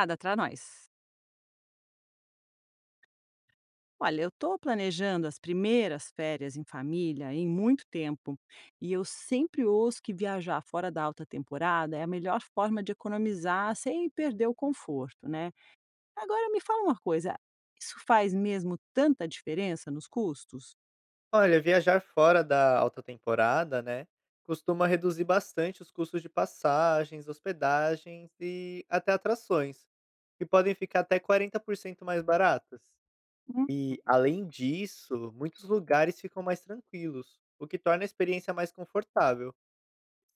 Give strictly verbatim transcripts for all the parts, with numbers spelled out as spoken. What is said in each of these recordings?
Nada para nós. Olha, eu estou planejando as primeiras férias em família em muito tempo e eu sempre ouço que viajar fora da alta temporada é a melhor forma de economizar sem perder o conforto, né? Agora me fala uma coisa, isso faz mesmo tanta diferença nos custos? Olha, viajar fora da alta temporada, né, costuma reduzir bastante os custos de passagens, hospedagens e até atrações, que podem ficar até quarenta por cento mais baratas. E, além disso, muitos lugares ficam mais tranquilos, o que torna a experiência mais confortável.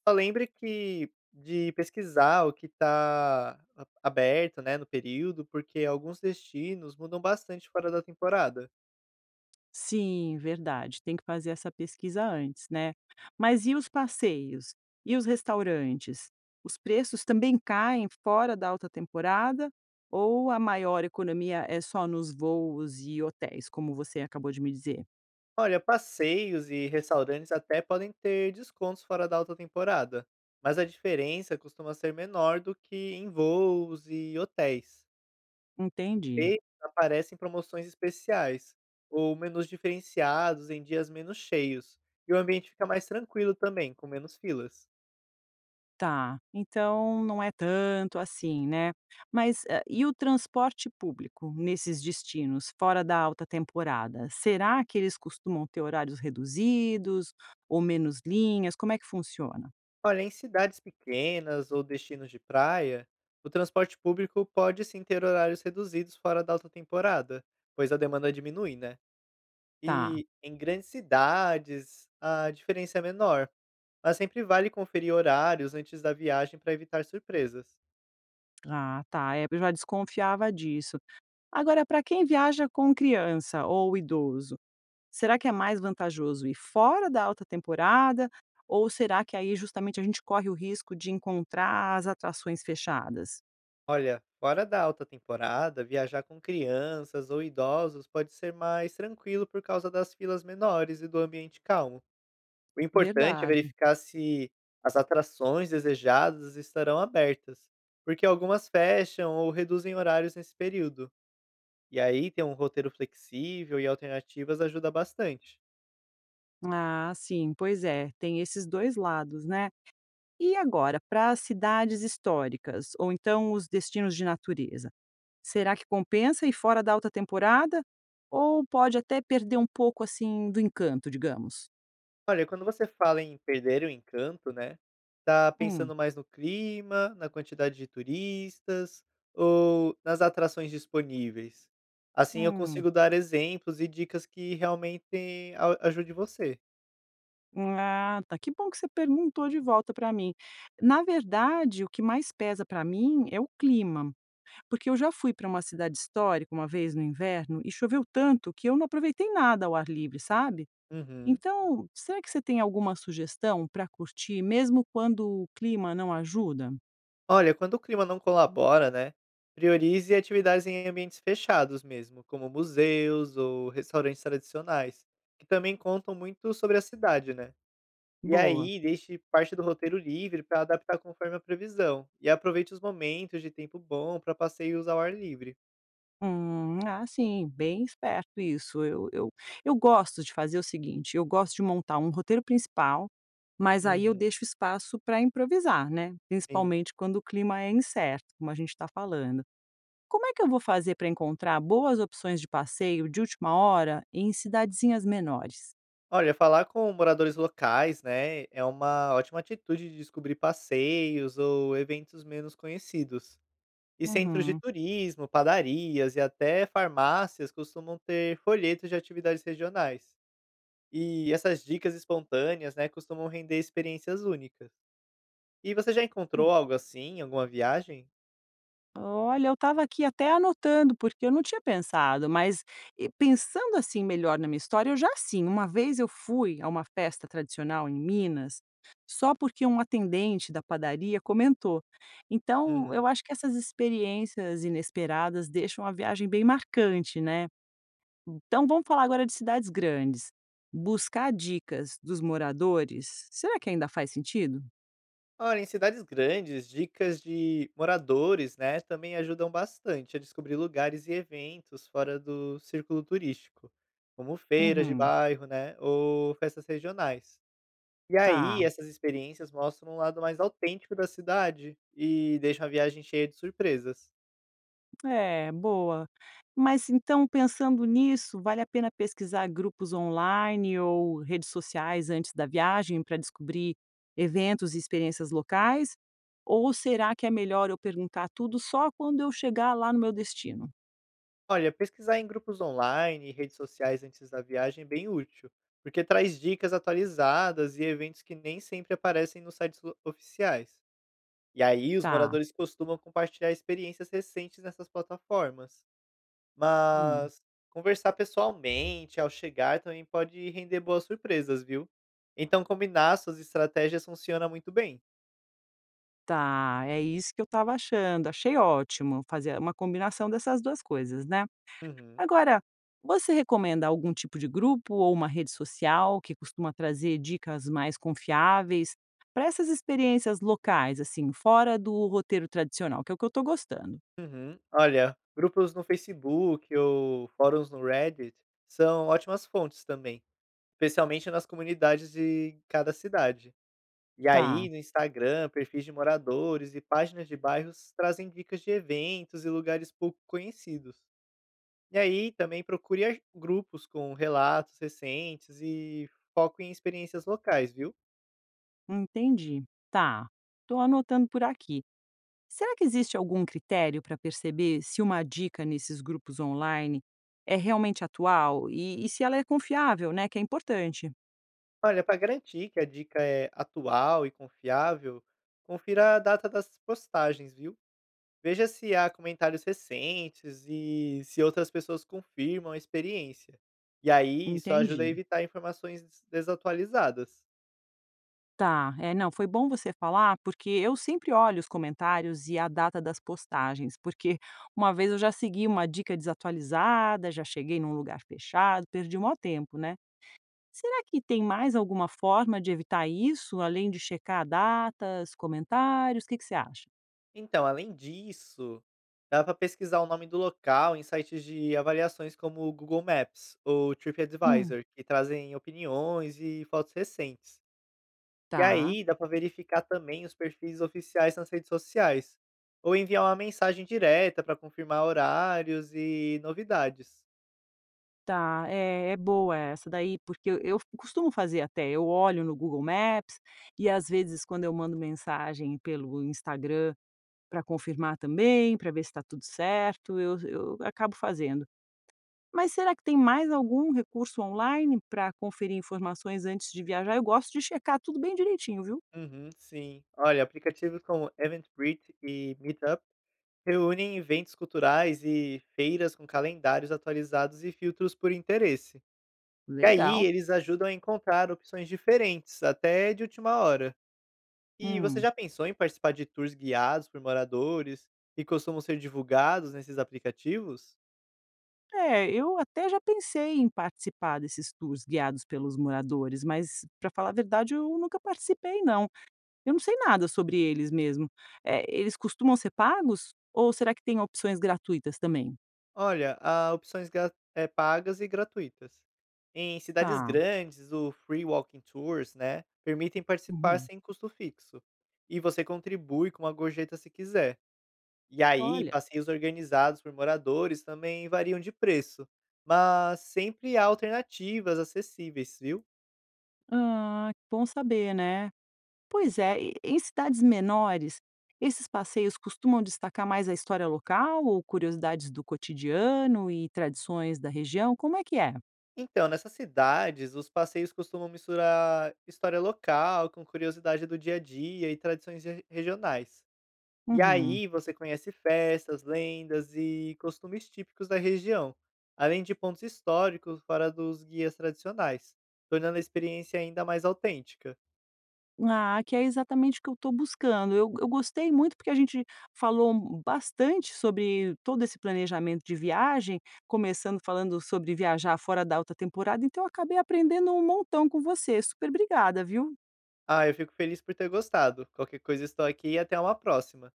Só lembre que de pesquisar o que está aberto, né, no período, porque alguns destinos mudam bastante fora da temporada. Sim, verdade, tem que fazer essa pesquisa antes, né. Mas e os passeios? E os restaurantes? Os preços também caem fora da alta temporada ou a maior economia é só nos voos e hotéis, como você acabou de me dizer? Olha, passeios e restaurantes até podem ter descontos fora da alta temporada, mas a diferença costuma ser menor do que em voos e hotéis. Entendi. E aparecem promoções especiais, ou menus diferenciados em dias menos cheios, e o ambiente fica mais tranquilo também, com menos filas. Tá, então não é tanto assim, né. Mas, hã, e o transporte público nesses destinos, fora da alta temporada? Será que eles costumam ter horários reduzidos ou menos linhas? Como é que funciona? Olha, em cidades pequenas ou destinos de praia, o transporte público pode sim ter horários reduzidos fora da alta temporada, pois a demanda diminui, né? Tá. E em grandes cidades, a diferença é menor, mas sempre vale conferir horários antes da viagem para evitar surpresas. Ah, tá, é, eu já desconfiava disso. Agora para quem viaja com criança ou idoso, será que é mais vantajoso ir fora da alta temporada ou será que aí justamente a gente corre o risco de encontrar as atrações fechadas? Olha, fora da alta temporada, viajar com crianças ou idosos pode ser mais tranquilo por causa das filas menores e do ambiente calmo. O importante é Verdade. verificar se as atrações desejadas estarão abertas, porque algumas fecham ou reduzem horários nesse período. E aí ter um roteiro flexível e alternativas ajuda bastante. Ah, sim, pois é, tem esses dois lados, né. E agora, para as cidades históricas ou então os destinos de natureza, será que compensa ir fora da alta temporada? Ou pode até perder um pouco, assim, do encanto, digamos? Olha, quando você fala em perder o encanto, né, tá Hum, pensando mais no clima, na quantidade de turistas ou nas atrações disponíveis? Assim eu hum. consigo dar exemplos e dicas que realmente a ajude você. Ah, tá, que bom que você perguntou de volta para mim. Na verdade, o que mais pesa para mim é o clima, porque eu já fui para uma cidade histórica uma vez no inverno e choveu tanto que eu não aproveitei nada ao ar livre, sabe? Uhum. Então, será que você tem alguma sugestão para curtir mesmo quando o clima não ajuda? Olha, quando o clima não colabora, né, priorize atividades em ambientes fechados mesmo, como museus ou restaurantes tradicionais, que também contam muito sobre a cidade, né? E Boa. aí, deixe parte do roteiro livre para adaptar conforme a previsão. E aproveite os momentos de tempo bom para passeios ao ar livre. Hum, ah, sim, bem esperto isso. Eu, eu, eu gosto de fazer o seguinte: eu gosto de montar um roteiro principal, mas aí eu Uhum, deixo espaço para improvisar, né? sim. Principalmente quando o clima é incerto, como a gente está falando. Como é que eu vou fazer para encontrar boas opções de passeio de última hora em cidadezinhas menores? Olha, falar com moradores locais, né, é uma ótima atitude de descobrir passeios ou eventos menos conhecidos. E centros de Uhum. turismo, padarias e até farmácias costumam ter folhetos de atividades regionais. E essas dicas espontâneas, né, costumam render experiências únicas. E você já encontrou algo assim em alguma viagem? Olha, eu estava aqui até anotando, porque eu não tinha pensado, mas, e pensando, assim, melhor na minha história, eu já sim, uma vez eu fui a uma festa tradicional em Minas, só porque um atendente da padaria comentou. Então, eu Uhum. acho que essas experiências inesperadas deixam a viagem bem marcante, né. Então vamos falar agora de cidades grandes. Buscar dicas dos moradores, será que ainda faz sentido? Olha, em cidades grandes, dicas de moradores, né, também ajudam bastante a descobrir lugares e eventos fora do círculo turístico, como feiras de Uhum, bairro, né, ou festas regionais. E aí, tá. essas experiências mostram um lado mais autêntico da cidade e deixam a viagem cheia de surpresas. É, boa. Mas então, pensando nisso, vale a pena pesquisar grupos online ou redes sociais antes da viagem para descobrir eventos e experiências locais? Ou será que é melhor eu perguntar tudo só quando eu chegar lá no meu destino? Olha, pesquisar em grupos online e redes sociais antes da viagem é bem útil, porque traz dicas atualizadas e eventos que nem sempre aparecem nos sites lo- oficiais. E aí os Tá. moradores costumam compartilhar experiências recentes nessas plataformas. Hum. Mas conversar pessoalmente ao chegar também pode render boas surpresas, viu? Então combinar suas estratégias funciona muito bem. Tá, é isso que eu estava achando. Achei ótimo fazer uma combinação dessas duas coisas, né? Uhum. Agora, você recomenda algum tipo de grupo ou uma rede social que costuma trazer dicas mais confiáveis para essas experiências locais, assim, fora do roteiro tradicional, que é o que eu estou gostando? Uhum. Olha, grupos no Facebook ou fóruns no Reddit são ótimas fontes também, especialmente nas comunidades de cada cidade. E Tá, aí, no Instagram, perfis de moradores e páginas de bairros trazem dicas de eventos e lugares pouco conhecidos. E aí, também procure aj- grupos com relatos recentes e foco em experiências locais, viu? entendi. Tá, estou anotando por aqui. Será que existe algum critério para perceber se uma dica nesses grupos online é realmente atual e, e se ela é confiável, né? Que é importante. Olha, para garantir que a dica é atual e confiável, confira a data das postagens, viu? Veja se há comentários recentes e se outras pessoas confirmam a experiência. E aí, isso ajuda a Entendi. evitar informações des- desatualizadas. Tá, é, não, foi bom você falar, porque eu sempre olho os comentários e a data das postagens, porque uma vez eu já segui uma dica desatualizada, já cheguei num lugar fechado, perdi o maior tempo, né? Será que tem mais alguma forma de evitar isso, além de checar datas, comentários? O que que você acha? Então, além disso, dá para pesquisar o nome do local em sites de avaliações como o Google Maps ou Hum, TripAdvisor, que trazem opiniões e fotos recentes. E tá. aí dá para verificar também os perfis oficiais nas redes sociais, ou enviar uma mensagem direta para confirmar horários e novidades. Tá, é, é boa essa daí, porque eu, eu costumo fazer até, eu olho no Google Maps e às vezes quando eu mando mensagem pelo Instagram para confirmar também, para ver se está tudo certo, eu eu acabo fazendo. Mas será que tem mais algum recurso online para conferir informações antes de viajar? Eu gosto de checar tudo bem direitinho, viu. Uhum, sim. Olha, aplicativos como Eventbrite e Meetup reúnem eventos culturais e feiras com calendários atualizados e filtros por interesse. E aí Legal. eles ajudam a encontrar opções diferentes, até de última hora. E você Hum. já pensou em participar de tours guiados por moradores que costumam ser divulgados nesses aplicativos? É, eu até já pensei em participar desses tours guiados pelos moradores, mas, para falar a verdade, eu nunca participei não. Eu não sei nada sobre eles mesmo. Eh, eles costumam ser pagos? Ou será que tem opções gratuitas também? Olha, há opções gra- eh, pagas e gratuitas. Em cidades Tá. grandes, o Free Walking Tours, né, permitem participar Uhum. sem custo fixo. E você contribui com uma gorjeta se quiser. E aí, Olha. passeios organizados por moradores também variam de preço, mas sempre há alternativas acessíveis, viu? Ah, que bom saber, né? Pois é, e em cidades menores, esses passeios costumam destacar mais a história local ou curiosidades do cotidiano e tradições da região? Como é que é? Então, nessas cidades, os passeios costumam misturar história local com curiosidade do dia a dia e tradições re- regionais. E Uhum. aí você conhece festas, lendas e costumes típicos da região, além de pontos históricos fora dos guias tradicionais, tornando a experiência ainda mais autêntica. Ah, que é exatamente o que eu estou buscando. Eu, eu gostei muito porque a gente falou bastante sobre todo esse planejamento de viagem, começando falando sobre viajar fora da alta temporada, então eu acabei aprendendo um montão com você. Super obrigada, viu? Ah, eu fico feliz por ter gostado. Qualquer coisa estou aqui e até uma próxima.